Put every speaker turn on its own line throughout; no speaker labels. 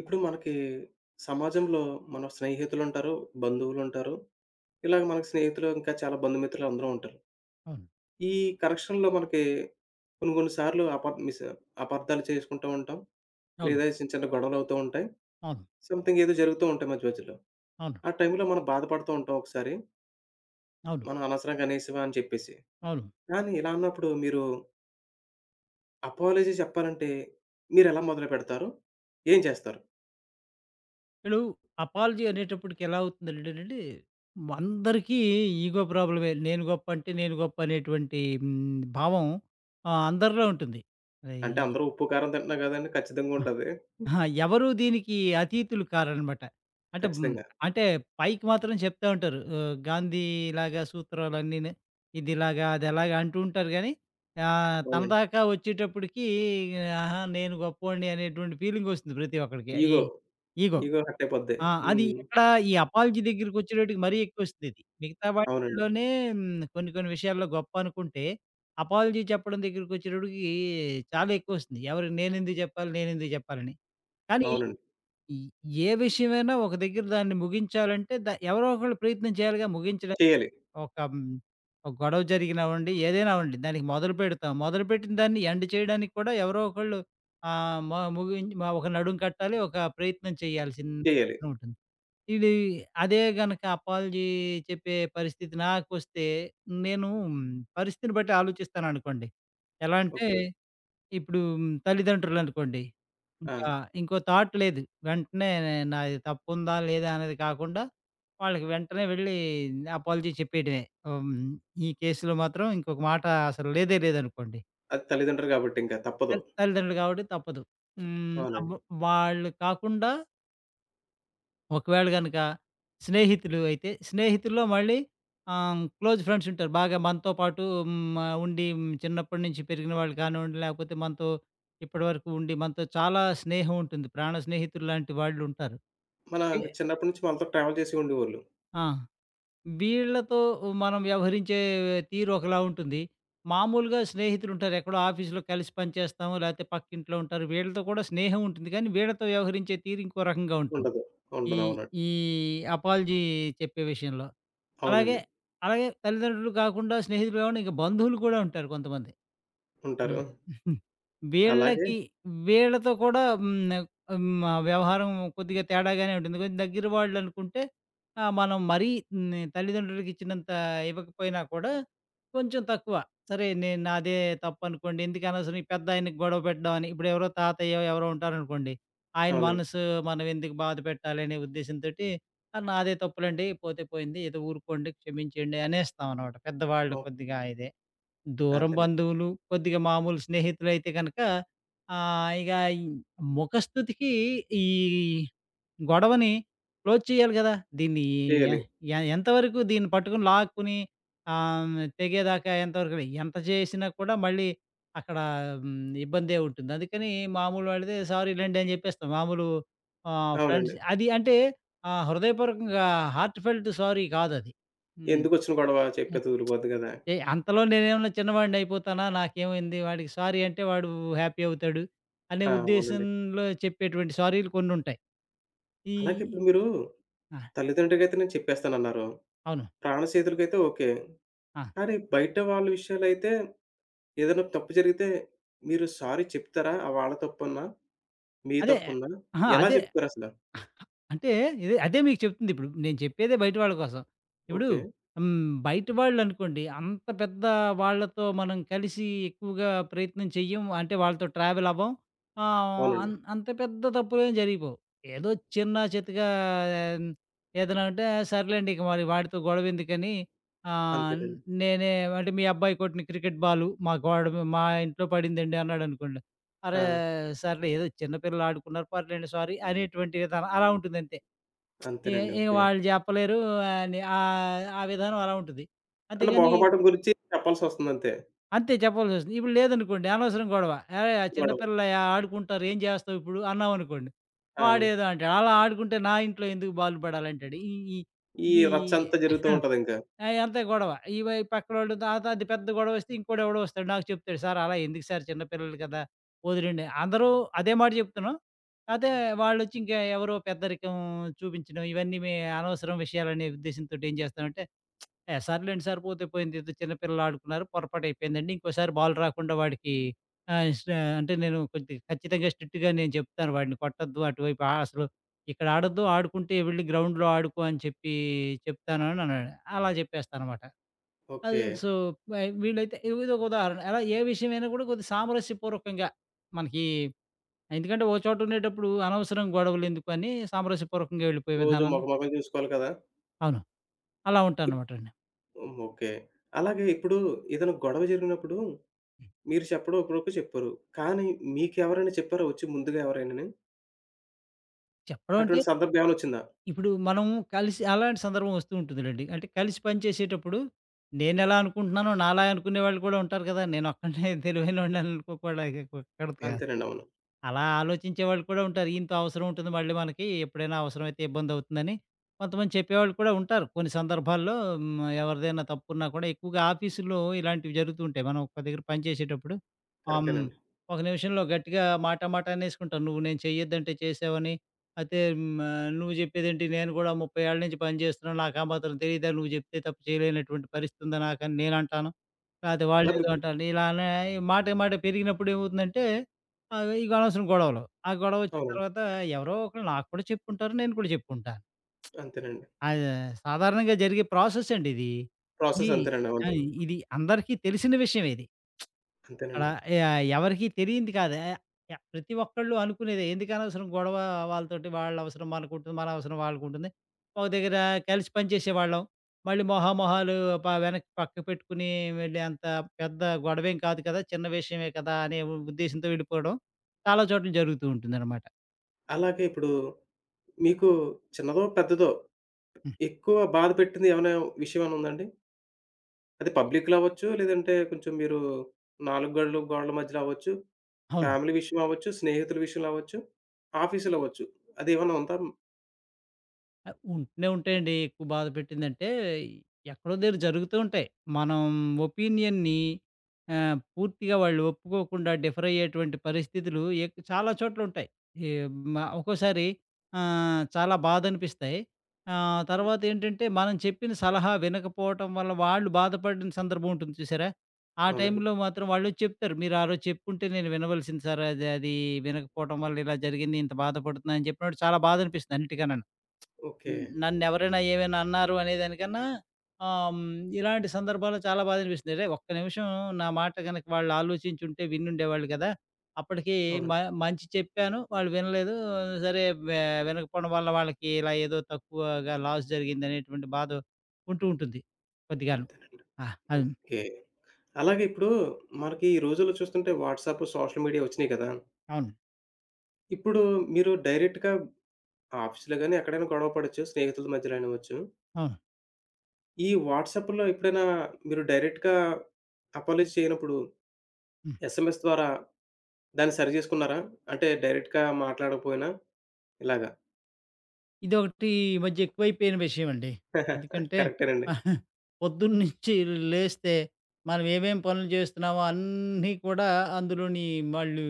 ఇప్పుడు మనకి సమాజంలో మన స్నేహితులుంటారు, బంధువులుంటారు. ఇలాగ మనకి స్నేహితులు ఇంకా చాలా బంధుమిత్రులు అందరూ ఉంటారు.
అవును.
ఈ కనెక్షన్‌లో మనకి కొన్ని కొన్ని సార్లు అప మిస్ అపార్థాలు చేసుకుంటూ ఉంటాం.
అవును.
లేదా చిన్న చిన్న గొడవలవుతూ ఉంటాయి.
అవును.
సంథింగ్ ఏదో జరుగుతూ ఉంటాయి మధ్య మధ్యలో.
అవును.
ఆ టైంలో మనం బాధపడుతూ ఉంటాం ఒకసారి.
అవును.
మనం అనవసరంగా అనేసామా అని చెప్పేసి.
అవును.
కానీ ఇలా అన్నప్పుడు మీరు అపాలజీ చెప్పాలంటే మీరెలా మొదలుపెడతారు? ఏం చేస్తారు?
ఇప్పుడు అపాలజీ అనేటప్పటికి ఎలా అవుతుందంటేనండి, అందరికీ ఈగో ప్రాబ్లమే. నేను గొప్ప అంటే నేను గొప్ప అనేటువంటి భావం అందరిలో ఉంటుంది. అయి
అంటే అందరూ ఉప్పు, కారం తింటున్నాం కదండీ! ఖచ్చితంగా ఉంటది.
అహా! ఎవరు దీనికి అతీతులు కారనమాట. అంటే
ఖచ్చితంగా.
అంటే పైకి మాత్రం చెప్తా ఉంటారు. గాంధీలాగా సూత్రాలన్నీని ఇదిలాగా, అదెలాగా అంటూ ఉంటారు గానీ, తన
అవునండి.
దాకా వచ్చేటప్పటికి ఆహా! నేను గొప్పోడిని అనేటువంటి ఫీలింగొస్తుంది ప్రతి ఒక్కడికి.
ఈగో,
ఇగో.
ఈగో హర్ట్ అయిపోద్ది.
ఆ! అది
హ్మ్.
ఎక్కడ ఈ అపాలజీ దగ్గరికొచ్చేటప్పటికి మరీ ఎక్కువొస్తుందిది. మిగతా
అవునండి.
వాటిల్లోనే కొన్ని కొన్ని విషయాల్లో గొప్ప అనుకుంటే, అపాలజీ చెప్పడం దగ్గరికొచ్చేటప్పటికి చాలా ఎక్కువొస్తుంది. ఎవరు నేనెందుకు జెప్పాలి, నేనెందుకు జెప్పాలని. కానీ
అవునండి.
ఈ ఏ విషయమైనా ఒక దగ్గర దాన్ని ముగించాలంటే ఎవరో ఒకళ్ళు ప్రయత్నం చేయాలిగా ముగించడం.
చేయాలి.
ఒక హ్మ్, ఒక గొడవ జరిగినా అవ్వండి, ఏదైనా అవ్వండి దానికి మొదలుపెడతాం. మొదలుపెట్టిన దాన్ని ఎండ్ చేయడానికి కూడా ఎవరో ఒకళ్ళు ఆహ్, మ ముగిం ఒక నడుం కట్టాలి, ఒక ప్రయత్నం చేయాల్సిన
చేయాలి.
అవసరం ఉంటుంది. ఇది అదే గనక అపాలజీ చెప్పే పరిస్థితి నాకొస్తే నేను మ్, పరిస్థితిని బట్టి ఆలోచిస్తాననుకోండి. ఎలా అంటే
ఓకే.
ఇప్పుడు తల్లిదండ్రులనుకోండి.
ఆ!
ఇంకా ఇంకో థాట్ లేదు. వెంటనే నాది తప్పుందా? లేదా? అనేది కాకుండా వాళ్ళకి వెంటనే వెళ్ళి అపాలజీ చెప్పేయటమే. హ్మ్. ఈ కేస్‌లో మాత్రం ఇంకొక మాట అసలు లేదే లేదనుకోండి.
అది తల్లిదండ్రులు కాబట్టి ఇంకా తప్పదు.
తల్లిదండ్రులు కాబట్టి తప్పదు. హ్మ్. అమ్మ
అవునండి.
వాళ్ళు కాకుండా ఒకవేళ గనక స్నేహితులు అయితే, స్నేహితుల్లో మళ్ళీ క్లోజ్ ఫ్రెండ్స్ ఉంటారు. బాగా మనతో పాటు హ్మ్, ఉండి చిన్నప్పటి నుంచి పెరిగిన వాళ్ళు కానివ్వండి, లేకపోతే మనతో ఇప్పటివరకు ఉండి మనతో చాలా స్నేహం ఉంటుంది. ప్రాణ స్నేహితులు లాంటి వాళ్ళు ఉంటారు.
మన
ఏ
చిన్నప్పటి నుంచి మనతో ట్రావెల్ చేసి ఉండేవాళ్ళు.
ఆ! వీళ్ళతో మనం వ్యవహరించే తీరు ఒకలా ఉంటుంది. మామూలుగా స్నేహితులు ఉంటారు. ఎక్కడో ఆఫీస్‌లో కలిసి పనిచేస్తాము, లేకపోతే పక్కింట్లో ఉంటారు. వీళ్ళతో కూడా స్నేహం ఉంటుంది. కానీ వీళ్ళతో వ్యవహరించే తీరు ఇంకో రకంగా ఉంటుంది.
ఉండదు.
ఈ
ఉండదు. అవునండి.
ఈ అపాలజీ చెప్పే విషయంలో. అలాగే,
అవునండి.
అలాగే తల్లిదండ్రులు కాకుండా స్నేహితులు కాకుండా, ఇంక బంధువులు కూడా ఉంటారు కొంతమంది.
ఉంటారు.
హ్మ్.
అలాగే
వీళ్ళకి వీళ్ళతో కూడా హ్మ్. హ్మ్. మా వ్యవహారం కొద్దిగా తేడాగానే ఉంటుంది. కొంచెం దగ్గర వాళ్ళనుకుంటే మనం మరీ తల్లిదండ్రులకి ఇచ్చినంత ఇవ్వకపోయినా కూడా కొంచెం తక్కువ. సరే నేను నాదే తప్పనుకోండి. ఎందుకు అనవసరం ఈ పెద్దాయనకి గొడవ పెట్టడం అని. ఇప్పుడు ఎవరో తాతయ్యో ఎవరో ఉంటారనుకోండి. ఆయన
అవునండి.
మనసు మనం ఎందుకు బాధ పెట్టాలనే ఉద్దేశంతోటి నాదే తప్పులండి పోతే పోయింది. ఏదో ఊరుకోండి క్షమించేయండి అనేస్తామనమాట. పెద్దవాళ్ళు
అవును.
కొద్దిగా ఇదే. దూరం
అదేనండి.
బంధువులు, కొద్దిగా మామూలు స్నేహితులైతే గనక ఆహ్, ఇగ ఈ ముఖస్తుతికి ఈ గొడవని క్లోజ్ చేయాలి గదా! దీన్ని ఎ
చేయాలి.
ఎ ఎంతవరకు దీన్ని పట్టుకొని లాక్కుని తెగేదాకా ఎంతవరకు ఎంత చేసినా కూడా మళ్ళీ అక్కడ ఇబ్బందే ఉంటుంది. అందుకని మామూలు వాడితే సారీ లెండి అని జెప్పేస్తాం. మామూలు
అవునండి.
ఫ్రెండ్స్ అది అంటే హృదయపూర్వకంగా హార్ట్ ఫెల్ట్ సారీ కాదది. హ్మ్.
ఎందుకొచ్చిన గొడవ చెప్పేతే వదిలిపోద్ది కదా!
ఏ అంతలో నేనేమన్నా చిన్నవాడిని అయిపోతానా? నాకేమైంది? వాడికి సారీ అంటే వాడు హ్యాపీ అవుతాడు. అనే
ఆ! అవునండి.
ఉద్దేశంలో చెప్పేటువంటి సారీలు కొన్నుంటాయి. ఈ
అలాగే ఇప్పుడు మీరు
ఆ!
తల్లిదండ్రులకైతే నేను చెప్పేస్తానన్నారు.
అవును.
ప్రాణ స్నేహితులకైతే ఓకే.
ఆ!
కానీ బయట వాళ్ళ విషయాలైతే ఏదైనా తప్పు జరిగితే మీరు సారీ చెప్తారా? ఆ వాళ్ళ తప్పున్నా? మీ
అదే
తప్పున్నా?
అహా!
ఎలా
అదే
చెప్తారసల?
అంటే అదే మీకు చెప్తుంది ఇప్పుడు. నేను చెప్పేదే బయట వాళ్ళ కోసం. ఇప్పుడు
ఓకే.
హ్మ్. బయట వాళ్ళనుకోండి అంత పెద్ద వాళ్ళతో మనం కలిసి ఎక్కువగా ప్రయత్నం చెయ్యం. అంటే వాళ్ళతో ట్రావెల్ అవ్వం. ఆహ్,
అవునండి.
అన్ అంత పెద్ద తప్పులేం జరిగిపోవు. ఏదో చిన్న చితకా ఏదైనా ఉంటే సర్లేండి ఇక మరి వాడితో గొడవెందుకని ఆహ్,
అంతేనండి.
నేనే అంటే మీ అబ్బాయి కొట్టిన క్రికెట్ బాలు మా గోడ మా ఇంట్లో పడిందండి అన్నాడనుకోండి.
ఆ!
అరే! సర్లే ఏదో చిన్న పిల్లలు ఆడుకున్నారు పర్లేండి సారీ అనేటువంటి విధానం అలా ఉంటుందంతే. ఇ
అంతేనండి.
ఇక
ఓకే.
వాళ్ళు చెప్పలేరు అని ఆ విధానం అలా ఉంటుంది.
అంటే
అంతేగాని
మొహమాటం గురించి చెప్పాల్సొస్తుందంతే.
అంతే చెప్పాల్సొస్తుంది. ఇప్పుడు లేదనుకోండి అనవసరం గొడవ. "అరేయ్! ఆ చిన్న
గొడవ.
పిల్లలయా ఆడుకుంటారు ఏం జేస్తావు ఇప్పుడు?" అన్నామనుకోండి.
ఆ!
వాడేదో అంటాడు. అలా ఆడుకుంటే నా ఇంట్లో ఎందుకు బాధలు పడాలంటాడు. ఈ ఈ
ఈ
ఇది
రచ్చంతా జరుగుతూ ఉంటదింక.
ఆ! అంతే గొడవ. ఇవే పక్కనోళ్ళు తర్వాత అది పెద్ద గొడవొస్తే ఇంకోడెవడో వస్తాడు నాకు చెప్తాడు, "సార్ అలా ఎందుకు సార్ చిన్న పిల్లలు కదా! వదిలేండి." అందరూ అదే మాట చెప్తున్నాం. కాతే వాళ్ళొచ్చి ఇంకా ఎవరో పెద్దరికం చూపించడం ఇవన్నీ అనవసరం విషయాలనే ఉద్దేశంతోటి ఏం చేస్తామంటే ఏ సర్లేండి సరిపోతే పోయింది. ఏదో చిన్న పిల్లలు ఆడుకున్నారు. పొరపాటు అయిపోయిందండి. ఇంకోసారి బాల్ రాకుండా వాడికి ఆహ్, స్ అంటే నేను కొద్దిగా ఖచ్చితంగా స్ట్రిక్ట్‌గా నేను చెప్తాను వాడిని కొట్టొద్దు. అటువైపు అసలు ఇక్కడ ఆడొద్దు. ఆడుకుంటే వెళ్లి గ్రౌండ్‌లో ఆడుకో అని చెప్పి చెప్తాను అని అన్నాడు. అలా చెప్పేస్తాననమాట. అది
ఓకే.
సో, వై వీళ్ళైతే ఇదొక ఉదాహరణ. అలా ఏ విషయమైనా కూడా కొద్దిగా సామరస్యపూర్వకంగా మనకి ఎందుకంటే ఓ చోట ఉండేటప్పుడు అనవసరం గొడవలెందుకు అని సామరస్యపూర్వకంగా వెళ్ళిపోయే
రోజు
విధానాలు
మొఖం చూసుకోవాలి కదా!
అవును. అలా
ఇప్
ఉంటాననమాట అండి.
హ్మ్. ఓకే. అలాగే ఇప్పుడు ఏదైనా గొడవ జరిగినప్పుడు మీరు చెప్పడం ఇప్పటివరకు చెప్పారు. కానీ మీకెవరైనా చెప్పారా వచ్చి ముందుగా ఎవరైనాని?
చెప్పడం అంటే
అటువంటి సందర్భం ఏమైనా వచ్చిందా?
ఇప్పుడు మనం కలిసి అలాంటి సందర్భం వస్తూ ఉంటుందిలెండి. అంటే కలిసి పనిచేసేటప్పుడు నేనెలా అనుకుంటున్నానో నాలా అనుకునే వాళ్ళు కూడా ఉంటారు కదా! నేను ఒక్కడినే తెలివైనోడిని అని అనుకోకూడదు.
అంతేనండి. అవును.
అలా ఆలోచించే వాళ్ళు కూడా ఉంటారు. ఈయనతో అవసరం ఉంటుంది మళ్ళీ మనకి, ఎప్పుడైనా అవసరమైతే ఇబ్బందవుతుందని. కొంతమంది చెప్పేవాళ్ళు కూడా ఉంటారు. కొన్ని సందర్భాల్లో ఎవరిదైనా తప్పున్నా కూడా ఎక్కువగా ఆఫీసుల్లో ఇలాంటివి జరుగుతూ ఉంటాయి. మనం ఒక దగ్గర పని చేసేటప్పుడు ఆహ్, హ్మ్,
కరెక్టేనండి.
ఒక నిమిషంలో గట్టిగా మాట మాట అనేసుకుంటాం. "నువ్వు నేను చెయ్యొద్దంటే చేసావని, అయితే నువ్వు చెప్పేదేంటి నేను కూడా 30 ఏళ్ల నుంచి పని చేస్తున్నాను. నాకు ఆ మాత్రం తెలీదా? నువ్వు చెప్తే తప్ప చేయలేనటువంటి పరిస్థితుందా నాకని" నేనంటాను. లేతే
ఇలా
వాళ్ళేదో
మీకు
అంటారు. ఇలానే మాట మాట పెరిగినప్పుడు ఏమవుతుందంటే ఆహ్, ఇగ అనవసరం గొడవలు. ఆ గొడవొచ్చిన
అవునండి.
తర్వాత ఎవరో ఒకళ్ళు నాకు కూడా చెప్పుంటారు. నేను కూడా చెప్పుంటాను.
అంతేనండి.
అది సాధారణంగా జరిగే ప్రాసెస్ అండి ఇది. ఇది
ప్రాసెస్ అంతేనండి.
ఆ!
అవును.
ఇది అందరికీ తెలిసిన విషయమే ఇది. అక్కడ
అంతేనండి.
యాహ్! ఎవరికీ తెలియంది కాదు. ఆహ్, య ప్రతి ఒక్కళ్ళు అనుకునేదే. ఎందుకనవసరం గొడవ వాళ్ళతోటి? వాళ్ళ అవసరం మనకుంటుంది. మన అవసరం వాళ్ళకుంటుంది. ఒక దగ్గర కలిసి పనిచేసేవాళ్ళం. మళ్ళీ మొహామొహాలు వెనక్కి పక్కకు పెట్టుకుని వెళ్ళే అంత పెద్ద గొడవేం కాదు కదా! చిన్న విషయమే కదా! అనే ఉద్దేశ్యంతో వెళ్ళిపోవడం చాలా చోట్ల జరుగుతూ ఉంటుందనమాట.
అలాగే ఇప్పుడు మీకు చిన్నదో, పెద్దదో
హ్మ్.
ఎక్కువ బాధ పెట్టింది ఏమైనా విషయం ఏమైనా ఉందండి? అది పబ్లిక్‌లో అవ్వచ్చు, లేదంటే కొంచెం మీరు నాలుగు గోడల మధ్యలో అవ్వచ్చు,
అవును.
ఫ్యామిలీ విషయం అవ్వచ్చు, స్నేహితుల విషయంలో అవ్వచ్చు, ఆఫీసులో అవ్వచ్చు. అదేమన్నా ఉందా?
ఆ! ఉంటూనే ఉంటాయండి. ఎక్కువ బాధ పెట్టిందంటే, ఎక్కడో దగ్గర జరుగుతూ ఉంటాయి. మనం ఒపీనియన్‌ని పూర్తిగా వాళ్ళు ఒప్పుకోకుండా డిఫర్ అయ్యేటువంటి పరిస్థితులు చాలా చోట్ల ఉంటాయి. ఈ మ ఒక్కోసారి చాలా బాధనిపిస్తాయి. తర్వాతేంటంటే, మనం చెప్పిన సలహా వినకపోవటం వల్ల వాళ్ళు బాధపడిన సందర్భం ఉంటుంది చూసారా? ఆ
అవునండి.
టైంలో మాత్రం వాళ్ళొచ్చి చెప్తారు. "మీరు ఆ రోజు చెప్పుంటే నేను వినవలసింది సార్. అది అది వినకపోవటం వల్ల ఇలా జరిగింది. ఇంత బాధపడుతున్నా" అని చెప్పినప్పుడు చాలా బాధనిపిస్తుంది అన్నిటికన్నాను.
ఓకే.
హ్మ్. నన్నెవరైనా ఏమైనా అన్నారు అనేదానికన్నా ఆహ్, హ్మ్. ఇలాంటి సందర్భాల్లో చాలా బాధ అనిపిస్తుంది. అరే! ఒక్క నిమిషం నా మాట గనక వాళ్ళు ఆలోచించుంటే వినుండేవాళ్ళు కదా! అప్పటికి మ
అవునండి.
మంచి చెప్పాను. వాళ్ళు వినలేదు. సరే వె వినకపోవడం వల్ల వాళ్ళకి ఇలా ఏదో తక్కువగా లాస్ జరిగిందనేటువంటి బాధ ఉంటూ ఉంటుంది కొద్దిగాను.
అంతేనండి.
ఆ! అవును.
ఓకే. అలాగే ఇప్పుడు మనకి ఈ రోజుల్లో చూస్తుంటే వాట్సాప్, సోషల్ మీడియా వచ్చినియి కదా!
అవును.
ఇప్పుడు మీరు డైరెక్ట్‌గా ఆఫీస్‌లో గాని, ఎక్కడైనా గొడవ పడొచ్చు. స్నేహితుల మధ్యలో అనివ్వచ్చు.
అవును.
ఈ వాట్సాప్‌లో ఎప్పుడైనా మీరు డైరెక్ట్‌గా అపాలజీ చేయనప్పుడు
హ్మ్.
ఎస్ఎంఎస్ ద్వారా దాన్ని సరిజేసుకున్నారా? అంటే డైరెక్ట్‌గా మాట్లాడకపోయినా ఇలాగా.
ఇదొకటి ఈ మధ్య ఎక్కువైపోయిన విషయమండి. ఎందుకంటే
కరెక్టేనండి.
పొద్దున్నుంచి లేస్తే మనం ఏమేం పనులు జేస్తున్నామో అన్నీ కూడా అందులోని వాళ్ళు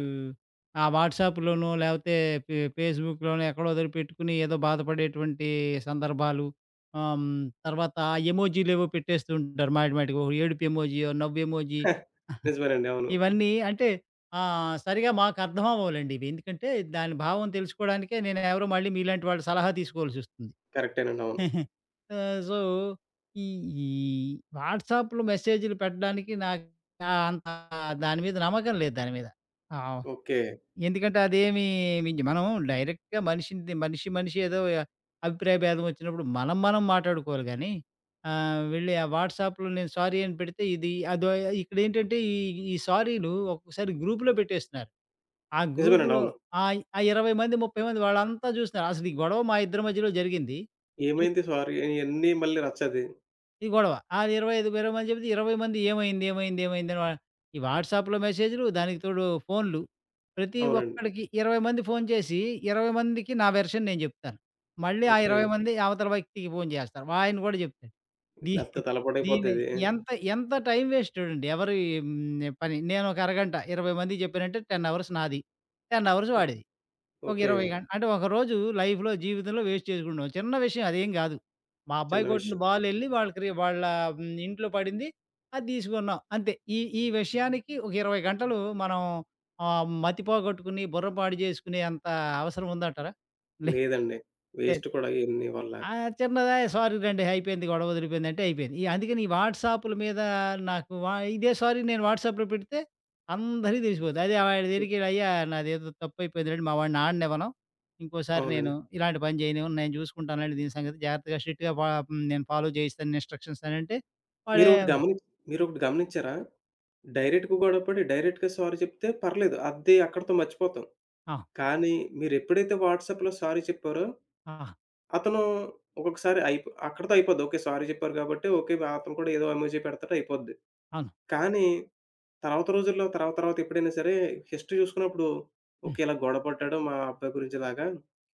ఆ వాట్సాప్‌లోనో లేపోతే ఫేస్‌బుక్‌లోనో ఎక్కడో దగ్గర పెట్టుకుని ఏదో బాధపడేటువంటి సందర్భాలు. ఆహ్, హ్మ్, తర్వాత ఎమోజీలేవో పెట్టేస్తూ ఉంటారు మాటిమాటికి. ఓ ఏడుపు ఎమోజియో, నవ్వు ఎమోజి.
నిజమేనండి. అవును.
ఇవన్నీ అంటే సరిగా మాకర్థం అవ్వవులెండి ఇవి. ఎందుకంటే దాని భావం తెలుసుకోవడానికే నేను ఎవరో మళ్ళీ మీలాంటి వాళ్ళ సలహా తీసుకోవాల్సొస్తుంది.
కరెక్టేనండి. అవును.
ఆహ్, సో, ఈ ఈ వాట్సాప్‌లో మెసేజ్‌లు పెట్టడానికి నాకు అంత దాని మీద నమ్మకం లేదు దాని మీద. ఆ!
ఓకే.
ఎందుకంటే అదేమి మించి మనం డైరెక్ట్‌గా మనిషి ఏదో అభిప్రాయ భేదం వచ్చినప్పుడు మనం మాట్లాడుకోవాలి గానీ, వెళ్ళి ఆ వాట్సాప్‌లో నేను సారీ అని పెడితే ఇది అదో ఇక్కడేంటంటే ఈ ఈ సారీలు ఒక్కొక్కసారి గ్రూప్‌లో పెట్టేస్తున్నారు. ఆ
నిజమేనండి.
గ్రూప్‌లో
అవును.
ఆ! ఆ 20 మంది, 30 మంది వాళ్ళంతా చూస్తున్నారు. అసలు ఈ గొడవ మా ఇద్దరి మధ్యలో జరిగింది.
ఏమైంది సారీ ఇయన్నీ మళ్ళీ రచ్చది.
ఇది గొడవ. ఆళ్ళు 25, 20 మంది చెబితే 20 మంది ఏమైంది? ఏమైంది? ఏమైందని వా ఈ వాట్సాప్‌లో మెసేజ్‌లు దానికి తోడు ఫోన్‌లు. ప్రతి
అవునండి.
ఒక్కడికి 20 మంది ఫోన్ చేసి 20 మందికి నా వెర్షన్ నేను చెప్తాను. మళ్ళీ ఆ
ఓకే.
20 మంది అవతల వ్యక్తికి ఫోన్ చేస్తారు. ఆయన కూడా చెప్తాడు. దీ
పెద్ద
దీని
తలపోటైపోద్దిది.
ఎంత ఎంత టైం వేస్ట్ చూడండి. ఎవరి హ్మ్. పని. నేనొక అరగంట 20 మందికి చెప్పానంటే 10 అవర్స్ నాది. 10 అవర్స్ వాడిది. ఒక
ఓకే.
20 గంటలు. అంటే ఒక రోజు లైఫ్‌లో, జీవితంలో వేస్ట్ చేసుకుంటాం. చిన్న విషయం అదేం గాదు. మా అబ్బాయి
చిన్న
కొట్టిన
విషయం.
బాల్ ఎళ్లి వాళ్ళ క్రి వాళ్ళ హ్మ్, ఇంట్లో పడింది. అది తీసుకున్నాం. అంతే. ఈ ఈ విషయానికి ఒక 20 గంటలు మనం మతి పోగొట్టుకుని, బుర్ర పాడు జేసుకునే అంత అవసరం ఉందంటారా? లేదు.
లేదండి. వేస్ట్ కూడా ఇయన్నీ వల్ల.
ఆ! చిన్నదా సారీరండి అయిపోయింది గొడవ వదిలిపోయిందంటే అయిపోయింది. ఈ అందుకని ఈ వాట్సాప్‌ల మీద నాకు ఇదే సారీ నేను వాట్సాప్‌లో పెడితే అందరికి తెలిసిపోద్ది. అదే వాడి దగ్గరికి ఎళ్లి "అయ్యా! నాదేదో తప్పయిపోయిందిలెండి మా వాడిని ఆడనివ్వను. ఇంకోసారి నేను
అవునండి.
ఇలాంటి పని చేయనివ్వను. నేను చూసుకుంటానులెండి దీని సంగతి. జాగ్రత్తగా స్ట్రిక్ట్‌గా నేను ఫాలో చేయిస్తాను ఇన్‌స్ట్రక్షన్స్" అనంటే వాడే
మీరొకటి గమని మీరొకటి గమనించారా? డైరెక్ట్‌గా గొడవపడి డైరెక్ట్‌గా సారీ చెప్తే పర్లేదు. అది అక్కడితో మర్చిపోతాం.
ఆ!
కానీ మీరెప్పుడైతే వాట్సాప్‌లో సారీ చెప్పారో
ఆ!
అతను ఒక్కొక్కసారి అక్కడితో అయిపోద్ది. ఓకే. సారీ చెప్పారు కాబట్టి ఓకే. అతను కూడా ఏదో ఎమోజి పెడతాడు అయిపోద్ది.
అవును.
కానీ తర్వాత రోజుల్లో తర్వాత తర్వాత ఎప్పుడైనా సరే హిస్టరీ చూసుకున్నప్పుడు
హ్మ్.
ఓకే. ఇలా గొడవ పడ్డాడు మా అబ్బాయి గురించి ఇలాగా.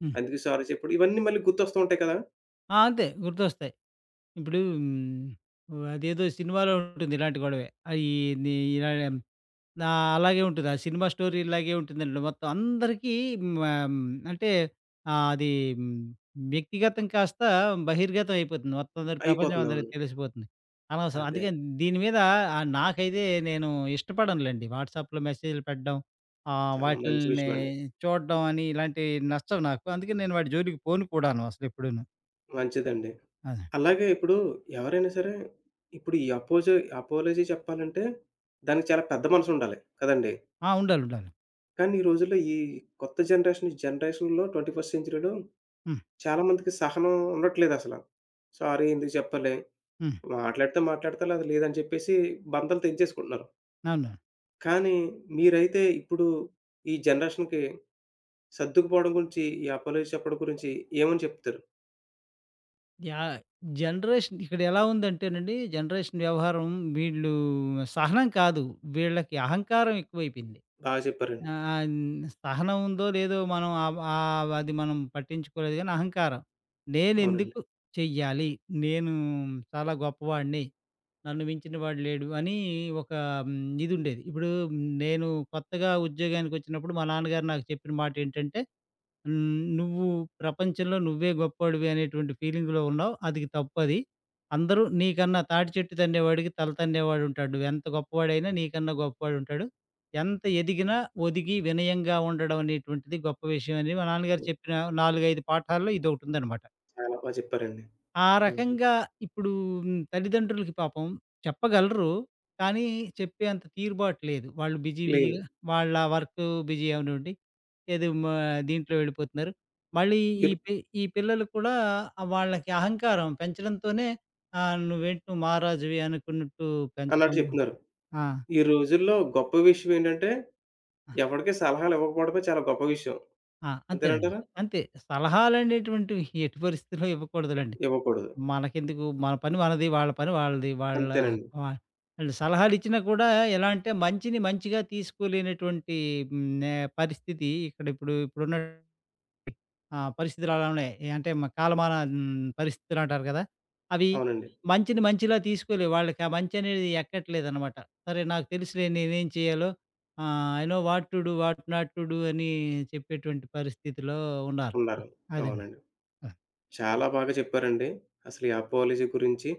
హ్మ్.
అందుకే సారీ చెప్పాడు. ఇవన్నీ మళ్ళీ గుర్తొస్తూ ఉంటాయి కదా!
ఆ! అంతే గుర్తొస్తాయి. ఇప్పుడు అదేదో సినిమాలో ఉంటుంది ఇలాంటి గొడవే. ఆహ్, ఈ ని ఇలా ఆ! అలాగే ఉంటది. ఆ సినిమా స్టోరీ ఇలాగే ఉంటుందండి. మొత్తం అందరికీ మా హ్మ్, అంటే ఆహ్, అది హ్మ్, వ్యక్తిగతం కాస్త బహిర్గతం అయిపోతుంది. మొత్తం అందరి ప్రపంచం
అయిపోతుంది. అవును.
అందరికి తెలిసిపోతుంది. అనవసరం.
అదే.
అందుకని దీని మీద నాకైతే నేను ఇష్టపడనులెండి. వాట్సాప్‌లో మెసేజ్‌లు పెట్టడం,
చాలా మంచి
వాటిల్ని
విషయం అండి.
చూడడం అని ఇలాంటివి నచ్చవు నాకు. అందుకే నేను వాటి జోలికి పోను కూడాను అసలెప్పుడూను.
మంచిదండి.
అదే.
అలాగే ఇప్పుడు ఎవరైనా సరే, ఇప్పుడు ఈ అపోజి అపోలోజీ చెప్పాలంటే, దానికి చాలా పెద్ద మనసుండాలి కదండీ!
ఆ! ఉండాలి. ఉండాలి.
కానీ ఈ రోజుల్లో ఈ కొత్త జనరేషన్, ఈ జనరేషన్‌లో 21st సెంచరీలో
హ్మ్.
చాలా మందికి సహనం ఉండట్లేదసల. సారీ ఎందుకు చెప్పలే,
హ్మ్.
మాట్లాడితే మాట్లాడతా లేదా లేదని చెప్పేసి బంధాలు తెంచేసుకుంటున్నారు.
అవును.
కానీ మీరైతే ఇప్పుడు ఈ జనరేషన్‌కి సర్దుకుపోవడం గురించి, ఈ అపోలోజీ చెప్పడం గురించి ఏమని చెప్తారు?
యాహ్! జనరేషన్ ఇక్కడ ఎలా ఉందంటేనండి, జనరేషన్ వ్యవహారం వీళ్ళు సహనం కాదు. వీళ్ళకి అహంకారం ఎక్కువైపోయింది.
బాగా చెప్పారండి.
ఆహ్, ఆహ్, హ్మ్, సహనం ఉందో లేదో మనం ఆహ్, ఆహ్, అది మనం పట్టించుకోలేదు గానీ అహంకారం.
అవునండి.
నేనెందుకు చెయ్యాలి? నేను చాలా గొప్పవాడిని. నన్ను మించిన వాడు లేడు అని ఒక హ్మ్, ఇదుండేది. ఇప్పుడు నేను కొత్తగా ఉద్యోగానికొచ్చినప్పుడు మా నాన్నగారు నాకు చెప్పిన మాటేంటంటే హ్మ్. నువ్వు ప్రపంచంలో నువ్వే గొప్పోడివి అనేటువంటి ఫీలింగ్‌లో ఉన్నావు. అది తప్పది. అందరూ నీకన్నా తాటి చెట్టు తన్నేవాడికి తల తన్నేవాడుంటాడు. నువ్వెంత గొప్పవాడైనా నీకన్నా గొప్పవాడుంటాడు. ఎంత ఎదిగినా ఒదిగి వినయంగా ఉండడం అనేటువంటిది గొప్ప విషయం అని మా నాన్నగారు చెప్పిన 4, 5 పాఠాల్లో ఇదొకటుందనమాట.
చాలా బాగా చెప్పారండి.
ఆ
అవును.
రకంగా ఇప్పుడు తల్లిదండ్రులకి పాపం చెప్పగలరు. కానీ, చెప్పేంత తీరుబాటు లేదు. వాళ్ళు బిజీ
లేదు.
బిజీగా వాళ్ళ వర్కు బిజీ అవ్వనివ్వండి. ఏదో మా దీంట్లో వెళ్ళిపోతున్నారు. మళ్ళీ ఈ పి ఈ పిల్లలు కూడా వాళ్ళకి అహంకారం పెంచడంతోనే నువ్వేంటి నువ్వు మహారాజువి అనుకున్నట్టు
అన్నట్టు
పెంచటం.
చెప్తున్నారు.
ఆ!
ఈ రోజుల్లో గొప్ప విషయం ఏంటంటే,
ఆ!
ఎవడికి సలహాలు ఇవ్వకపోవడమే చాలా గొప్ప విషయం.
ఆ! అంతేనండి.
అంతేనంటారా?
అంతే. సలహాలనేటువంటివి ఎట్టి పరిస్థితిలో ఇవ్వకూడదులెండి.
ఇవ్వకూడదు.
మనకెందుకు? మన పని మనది. వాళ్ళ పని వాళ్ళది. వాళ్ళ
అంతేనండి.
వా ఆళ్ళు సలహాలిచ్చినా కూడా ఎలా అంటే మంచిని మంచిగా తీసుకోలేనటువంటి హ్మ్. నే పరిస్థితి ఇక్కడ ఇప్పుడున్న ఆ! పరిస్థితులు అలా ఉన్నాయి. ఏ అంటే మ కాలమాన హ్మ్. పరిస్థితులంటారు కదా! అవి
అవునండి.
మంచిని మంచిలా తీసుకోలేవు. వాళ్ళకి ఆ మంచనేది ఎక్కట్లేదనమాట. సరే నాకు తెలుసులే నేనేం చేయాలో I know what to do, what not to do అని చెప్పేటువంటి పరిస్థితిలో ఉన్నారు. అ!
ఉన్నారు.
అదండి.
అవునండి.
ఆ!
చాలా బాగా చెప్పారండి. అసలు ఈ అపాలజీ గురించి,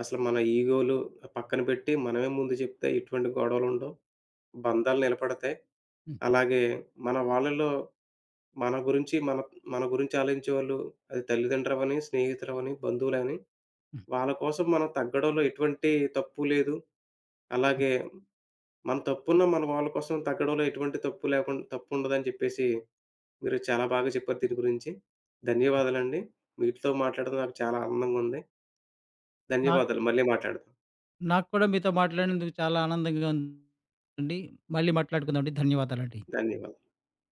అసలు మన ఈగోలు పక్కన పెట్టి మనమే ముందు చెప్తే ఎటువంటి గొడవలుండవు. బంధాలు నిలబడతాయి.
హ్మ్.
అలాగే మన వాళ్ళలో మన గురించి మన మన గురించి ఆలోచించేవాళ్ళు అది తల్లిదండ్రులవని, స్నేహితులవని, బంధువులని
హ్మ్.
వాళ్ళ కోసం మనం తగ్గడంలో ఎటువంటి తప్పు లేదు.
అ!
అలాగే మన తప్పున్నా మన వాళ్ళ కోసం తగ్గడంలో ఎటువంటి తప్పు లేకుండా తప్పుండదని చెప్పేసి మీరు చాలా బాగా చెప్పారు దీని గురించి. ధన్యవాదాలండి. మీతో మాట్లాడడం నాకు చాలా ఆనందంగా ఉంది.
నాకు
ధన్యవాదాలు. మళ్ళీ మాట్లాడదాం.
నాకు కూడా మీతో మాట్లాడినందుకు చాలా ఆనందంగా ఉందండి. మళ్ళీ మాట్లాడుకుందామండి. ధన్యవాదాలండి.
ధన్యవాదాలు.